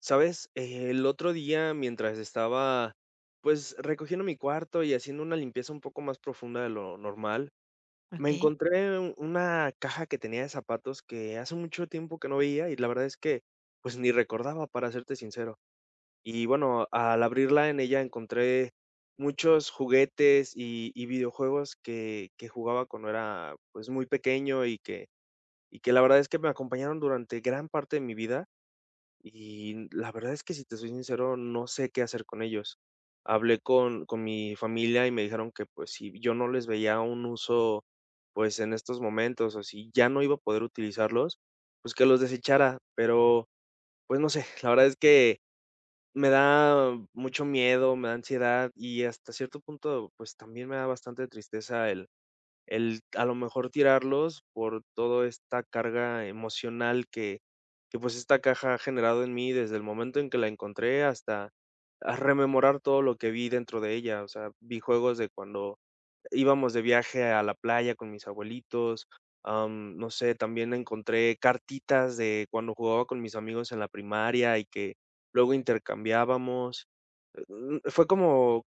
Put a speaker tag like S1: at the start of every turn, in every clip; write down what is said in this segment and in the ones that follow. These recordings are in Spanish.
S1: ¿Sabes? El otro día, mientras estaba, pues, recogiendo mi cuarto y haciendo una limpieza un poco más profunda de lo normal, me
S2: Okey.
S1: encontré una caja que tenía de zapatos que hace mucho tiempo que no veía y la verdad es que, pues, ni recordaba, para serte sincero. Y bueno, al abrirla en ella encontré muchos juguetes y videojuegos que jugaba cuando era, pues, muy pequeño y que la verdad es que me acompañaron durante gran parte de mi vida y la verdad es que, si te soy sincero, no sé qué hacer con ellos. Hablé con mi familia y me dijeron que, pues, si yo no les veía un uso, pues, en estos momentos, o si ya no iba a poder utilizarlos, pues, que los desechara, pero, pues, no sé, la verdad es que me da mucho miedo, me da ansiedad y hasta cierto punto, pues, también me da bastante tristeza el a lo mejor tirarlos por toda esta carga emocional que, pues, esta caja ha generado en mí desde el momento en que la encontré hasta a rememorar todo lo que vi dentro de ella. O sea, vi juegos de cuando íbamos de viaje a la playa con mis abuelitos, no sé, también encontré cartitas de cuando jugaba con mis amigos en la primaria y que luego intercambiábamos. Fue como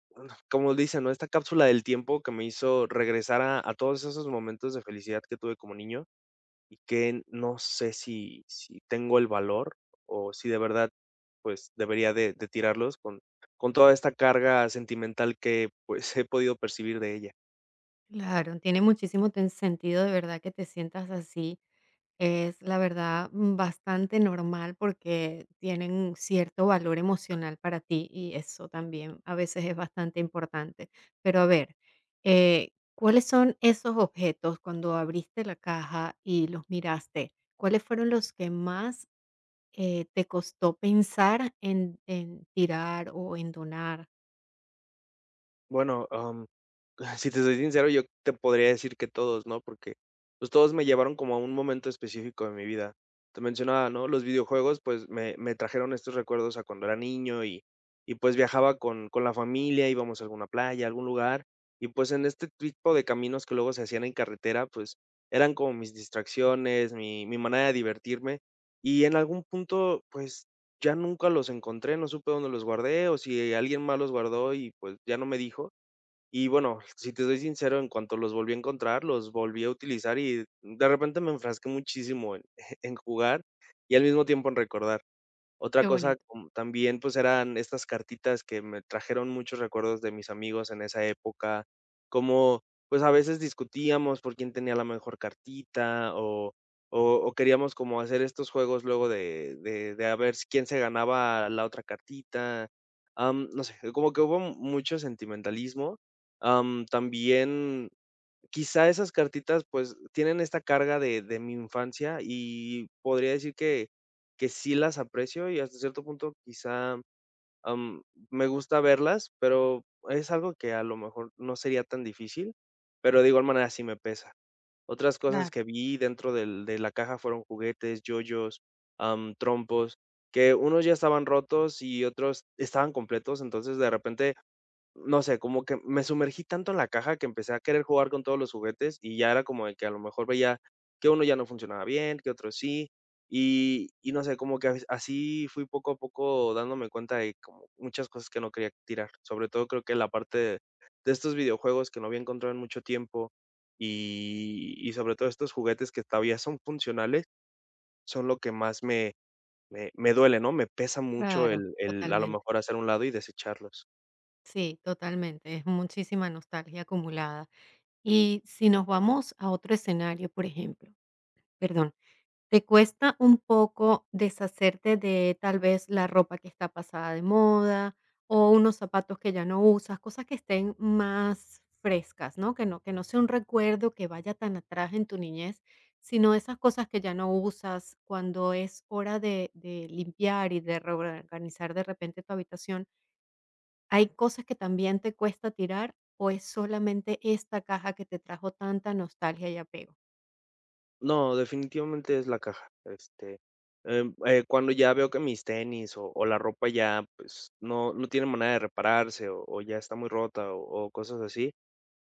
S1: como dicen, ¿no? Esta cápsula del tiempo que me hizo regresar a todos esos momentos de felicidad que tuve como niño, y que no sé si tengo el valor, o si de verdad, pues, debería de tirarlos con toda esta carga sentimental que, pues, he podido percibir de ella.
S2: Claro, tiene muchísimo ten sentido, de verdad, que te sientas así. Es, la verdad, bastante normal porque tienen un cierto valor emocional para ti, y eso también a veces es bastante importante. Pero a ver, eh, ¿cuáles son esos objetos cuando abriste la caja y los miraste? ¿Cuáles fueron los que más, te costó pensar en tirar o en donar?
S1: Bueno, si te soy sincero, yo te podría decir que todos, ¿no? Porque, pues, todos me llevaron como a un momento específico de mi vida. Te mencionaba, ¿no? Los videojuegos, pues, me trajeron estos recuerdos a cuando era niño y, pues, viajaba con la familia, íbamos a alguna playa, a algún lugar, y, pues, en este tipo de caminos que luego se hacían en carretera, pues, eran como mis distracciones, mi manera de divertirme, y en algún punto, pues, ya nunca los encontré, no supe dónde los guardé, o si alguien más los guardó y, pues, ya no me dijo. Y bueno, si te soy sincero, en cuanto los volví a encontrar, los volví a utilizar y de repente me enfrasqué muchísimo en en jugar y al mismo tiempo en recordar. Otra
S2: Qué
S1: cosa,
S2: bonito,
S1: también, pues, eran estas cartitas que me trajeron muchos recuerdos de mis amigos en esa época, como, pues, a veces discutíamos por quién tenía la mejor cartita o queríamos como hacer estos juegos luego de a ver s quién se ganaba la otra cartita, no sé, como que hubo mucho sentimentalismo, también quizá esas cartitas, pues, tienen esta carga de mi infancia, y podría decir que sí las aprecio y hasta cierto punto quizá, am, me gusta verlas, pero es algo que a lo mejor no sería tan difícil, pero de igual manera sí me pesa. Otras cosas
S2: claro.
S1: que vi dentro del de la caja fueron juguetes, yoyos, trompos, que unos ya estaban rotos y otros estaban completos, entonces de repente no sé, como que me sumergí tanto en la caja que empecé a querer jugar con todos los juguetes y ya era como de que a lo mejor veía que uno ya no funcionaba bien, que otro sí. Y no sé, como que así fui poco a poco dándome cuenta de como muchas cosas que no quería tirar. Sobre todo creo que la parte de estos videojuegos que no había encontrado en mucho tiempo y sobre todo estos juguetes que todavía son funcionales son lo que más me duele, ¿no? Me pesa mucho
S2: Claro,
S1: el a lo
S2: totalmente.
S1: mejor hacer un lado y desecharlos.
S2: Sí, totalmente. Es muchísima nostalgia acumulada. Y si nos vamos a otro escenario, por ejemplo, perdón, ¿te cuesta un poco deshacerte de tal vez la ropa que está pasada de moda o unos zapatos que ya no usas, cosas que estén más frescas, ¿no? Que no sea un recuerdo que vaya tan atrás en tu niñez, sino esas cosas que ya no usas cuando es hora de limpiar y de reorganizar de repente tu habitación? ¿Hay cosas que también te cuesta tirar o es solamente esta caja que te trajo tanta nostalgia y apego?
S1: No, definitivamente es la caja, este, cuando ya veo que mis tenis o la ropa ya, pues, no tiene manera de repararse o ya está muy rota o cosas así,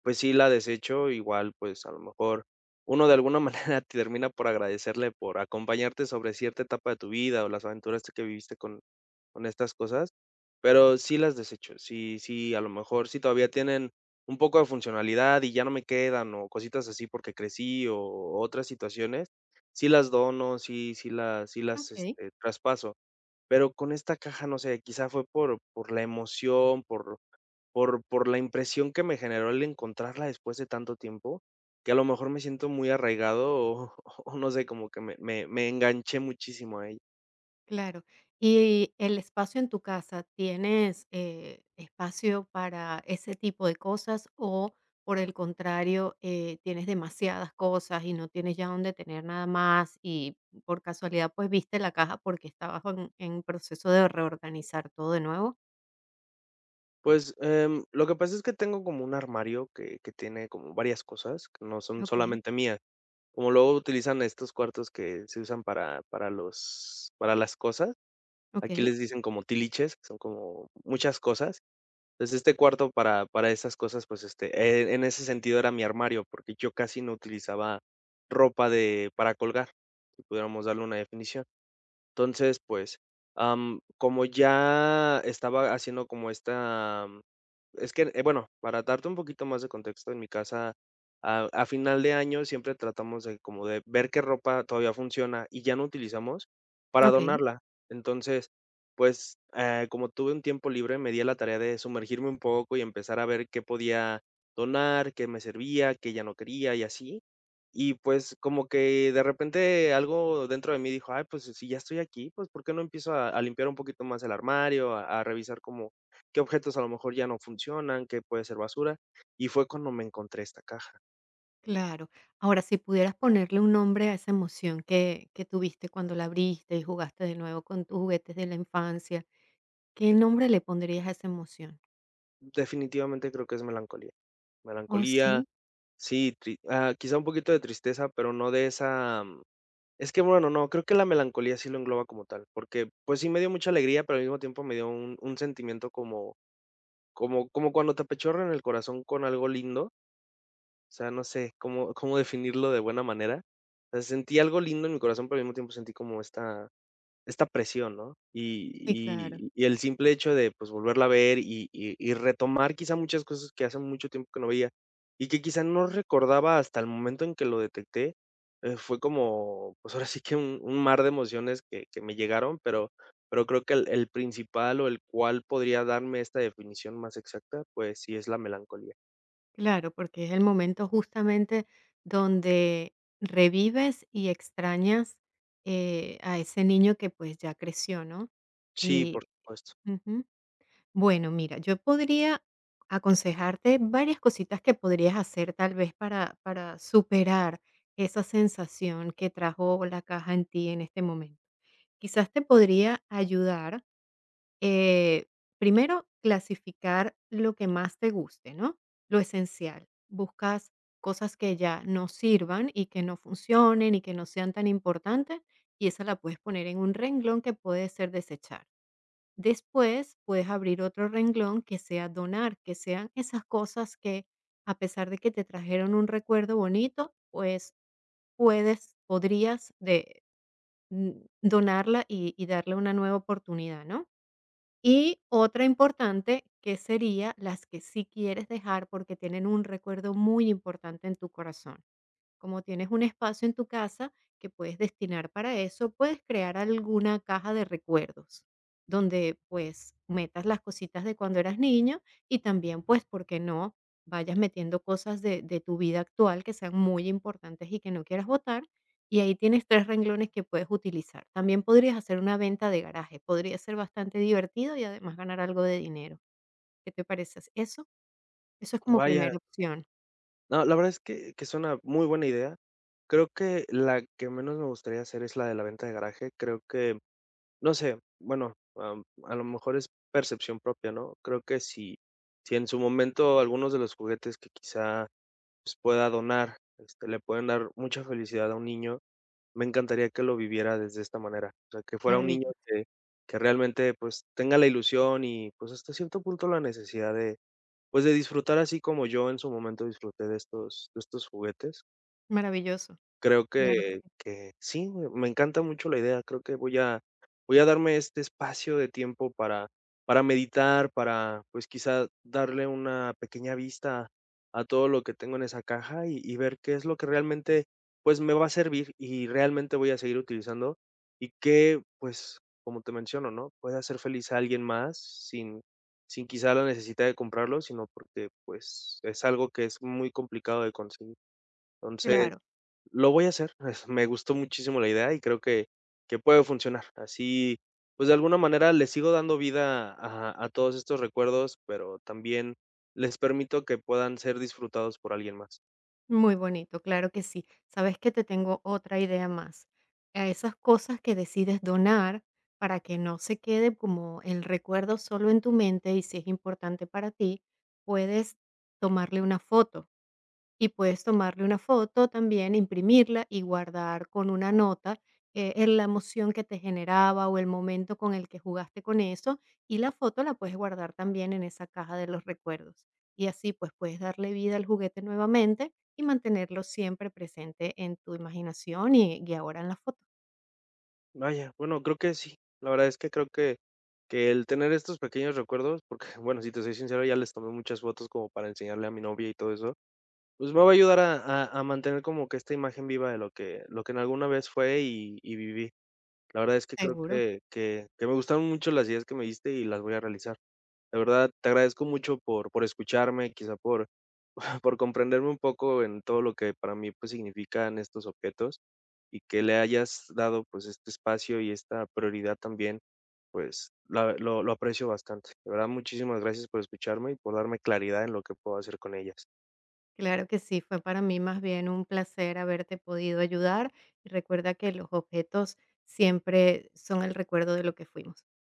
S1: pues sí, la desecho, igual, pues, a lo mejor uno de alguna manera termina por agradecerle por acompañarte sobre cierta etapa de tu vida o las aventuras que viviste con estas cosas, pero sí las desecho. Sí, sí, a lo mejor sí todavía tienen un poco de funcionalidad y ya no me quedan o cositas así porque crecí o otras situaciones, sí las dono, sí sí las las,
S2: Okey,
S1: este, traspaso, pero con esta caja, no sé, quizá fue por la emoción, por la impresión que me generó el encontrarla después de tanto tiempo, que a lo mejor me siento muy arraigado o o no sé, como que me enganché muchísimo a ella.
S2: claro. Y el espacio en tu casa, ¿tienes, espacio para ese tipo de cosas o, por el contrario, tienes demasiadas cosas y no tienes ya dónde tener nada más? Y por casualidad, pues, viste la caja porque estabas en proceso de reorganizar todo de nuevo.
S1: Pues, lo que pasa es que tengo como un armario que tiene como varias cosas que no son
S2: Okey.
S1: solamente mías. Como luego utilizan estos cuartos que se usan para las cosas, aquí
S2: Okey,
S1: les dicen como tiliches, que son como muchas cosas. Entonces, este cuarto para esas cosas, pues, este, en ese sentido era mi armario, porque yo casi no utilizaba ropa de para colgar, si pudiéramos darle una definición. Entonces, pues, como ya estaba haciendo como esta es que, bueno, para darte un poquito más de contexto, en mi casa, a final de año siempre tratamos de como de ver qué ropa todavía funciona y ya no utilizamos para
S2: okey.
S1: donarla. Entonces, pues, como tuve un tiempo libre, me di a la tarea de sumergirme un poco y empezar a ver qué podía donar, qué me servía, qué ya no quería y así. Y pues como que de repente algo dentro de mí dijo, ay, pues si ya estoy aquí, pues ¿por qué no empiezo a limpiar un poquito más el armario, a revisar como qué objetos a lo mejor ya no funcionan, qué puede ser basura? Y fue cuando me encontré esta caja.
S2: Claro. Ahora, si pudieras ponerle un nombre a esa emoción que tuviste cuando la abriste y jugaste de nuevo con tus juguetes de la infancia, ¿qué nombre le pondrías a esa emoción?
S1: Definitivamente creo que es melancolía.
S2: ¿Oh,
S1: Melancolía,
S2: sí?
S1: sí, quizá un poquito de tristeza, pero no de esa. Es que bueno, no, creo que la melancolía sí lo engloba como tal, porque pues sí me dio mucha alegría, pero al mismo tiempo me dio un sentimiento como, como, como cuando te apechorran el corazón con algo lindo. O sea, no sé cómo definirlo de buena manera. O sea, sentí algo lindo en mi corazón, pero al mismo tiempo sentí como esta esta presión, ¿no? Y
S2: Sí, claro.
S1: y y el simple hecho de, pues, volverla a ver y retomar quizá muchas cosas que hace mucho tiempo que no veía, y que quizá no recordaba hasta el momento en que lo detecté, fue como, pues, ahora sí que un mar de emociones que me llegaron, pero creo que el principal o el cual podría darme esta definición más exacta, pues sí es la melancolía.
S2: Claro, porque es el momento justamente donde revives y extrañas a ese niño que pues ya creció, ¿no?
S1: Sí, por
S2: Y,
S1: supuesto.
S2: ujú. Bueno, mira, yo podría aconsejarte varias cositas que podrías hacer tal vez para superar esa sensación que trajo la caja en ti en este momento. Quizás te podría ayudar, eh, primero, clasificar lo que más te guste, ¿no? Lo esencial. Buscas cosas que ya no sirvan y que no funcionen y que no sean tan importantes y esa la puedes poner en un renglón que puede ser desechar. Después puedes abrir otro renglón que sea donar, que sean esas cosas que a pesar de que te trajeron un recuerdo bonito, pues puedes, mm, donarla y darle una nueva oportunidad, ¿no? Y otra importante que sería las que sí quieres dejar porque tienen un recuerdo muy importante en tu corazón. Como tienes un espacio en tu casa que puedes destinar para eso, puedes crear alguna caja de recuerdos donde pues metas las cositas de cuando eras niño y también pues, ¿por qué no? Vayas metiendo cosas de tu vida actual que sean muy importantes y que no quieras votar. Y ahí tienes tres renglones que puedes utilizar. También podrías hacer una venta de garaje. Podría ser bastante divertido y además ganar algo de dinero. ¿Qué te parece eso? Eso es como
S1: Vaya.
S2: primera opción.
S1: No, la verdad es que es una muy buena idea. Creo que la que menos me gustaría hacer es la de la venta de garaje. Creo que, no sé, bueno, a lo mejor es percepción propia, ¿no? Creo que si en su momento algunos de los juguetes que quizá, pues, pueda donar, este, le pueden dar mucha felicidad a un niño, me encantaría que lo viviera desde esta manera. O sea, que fuera un niño
S2: Maravilloso.
S1: que realmente, pues, tenga la ilusión y, pues, hasta cierto punto la necesidad de pues de disfrutar así como yo en su momento disfruté de estos juguetes.
S2: Maravilloso.
S1: Creo
S2: Claro que sí.
S1: que sí, me encanta mucho la idea. Creo que voy a darme este espacio de tiempo para meditar, para, pues, quizá darle una pequeña vista a todo lo que tengo en esa caja y ver qué es lo que realmente, pues, me va a servir y realmente voy a seguir utilizando, y que, pues, como te menciono, ¿no?, pueda hacer feliz a alguien más sin sin quizá la necesidad de comprarlo, sino porque, pues, es algo que es muy complicado de conseguir. Entonces
S2: Claro.
S1: lo voy a hacer, me gustó muchísimo la idea y creo que puede funcionar. Así, pues, de alguna manera le sigo dando vida a todos estos recuerdos, pero también les permito que puedan ser disfrutados por alguien más.
S2: Muy bonito, claro que sí. Sabes que te tengo otra idea más. A esas cosas que decides donar para que no se quede como el recuerdo solo en tu mente y si es importante para ti, puedes tomarle una foto y puedes tomarle una foto también, imprimirla y guardar con una nota, la emoción que te generaba o el momento con el que jugaste con eso y la foto la puedes guardar también en esa caja de los recuerdos. Y así pues puedes darle vida al juguete nuevamente y mantenerlo siempre presente en tu imaginación y ahora en la foto.
S1: Vaya, bueno, creo que sí. La verdad es que creo que el tener estos pequeños recuerdos, porque, bueno, si te soy sincero, ya les tomé muchas fotos como para enseñarle a mi novia y todo eso, pues, me va a ayudar a mantener como que esta imagen viva de lo que en alguna vez fue y viví. La verdad es que creo
S2: Seguro.
S1: que que me gustaron mucho las ideas que me diste y las voy a realizar. La verdad, te agradezco mucho por escucharme, quizá por por comprenderme un poco en todo lo que para mí, pues, significan estos objetos y que le hayas dado, pues, este espacio y esta prioridad también, pues, la lo aprecio bastante. De verdad, muchísimas gracias por escucharme y por darme claridad en lo que puedo hacer con ellas.
S2: Claro que sí, fue para mí más bien un placer haberte podido ayudar y recuerda que los objetos siempre son el recuerdo de lo que fuimos.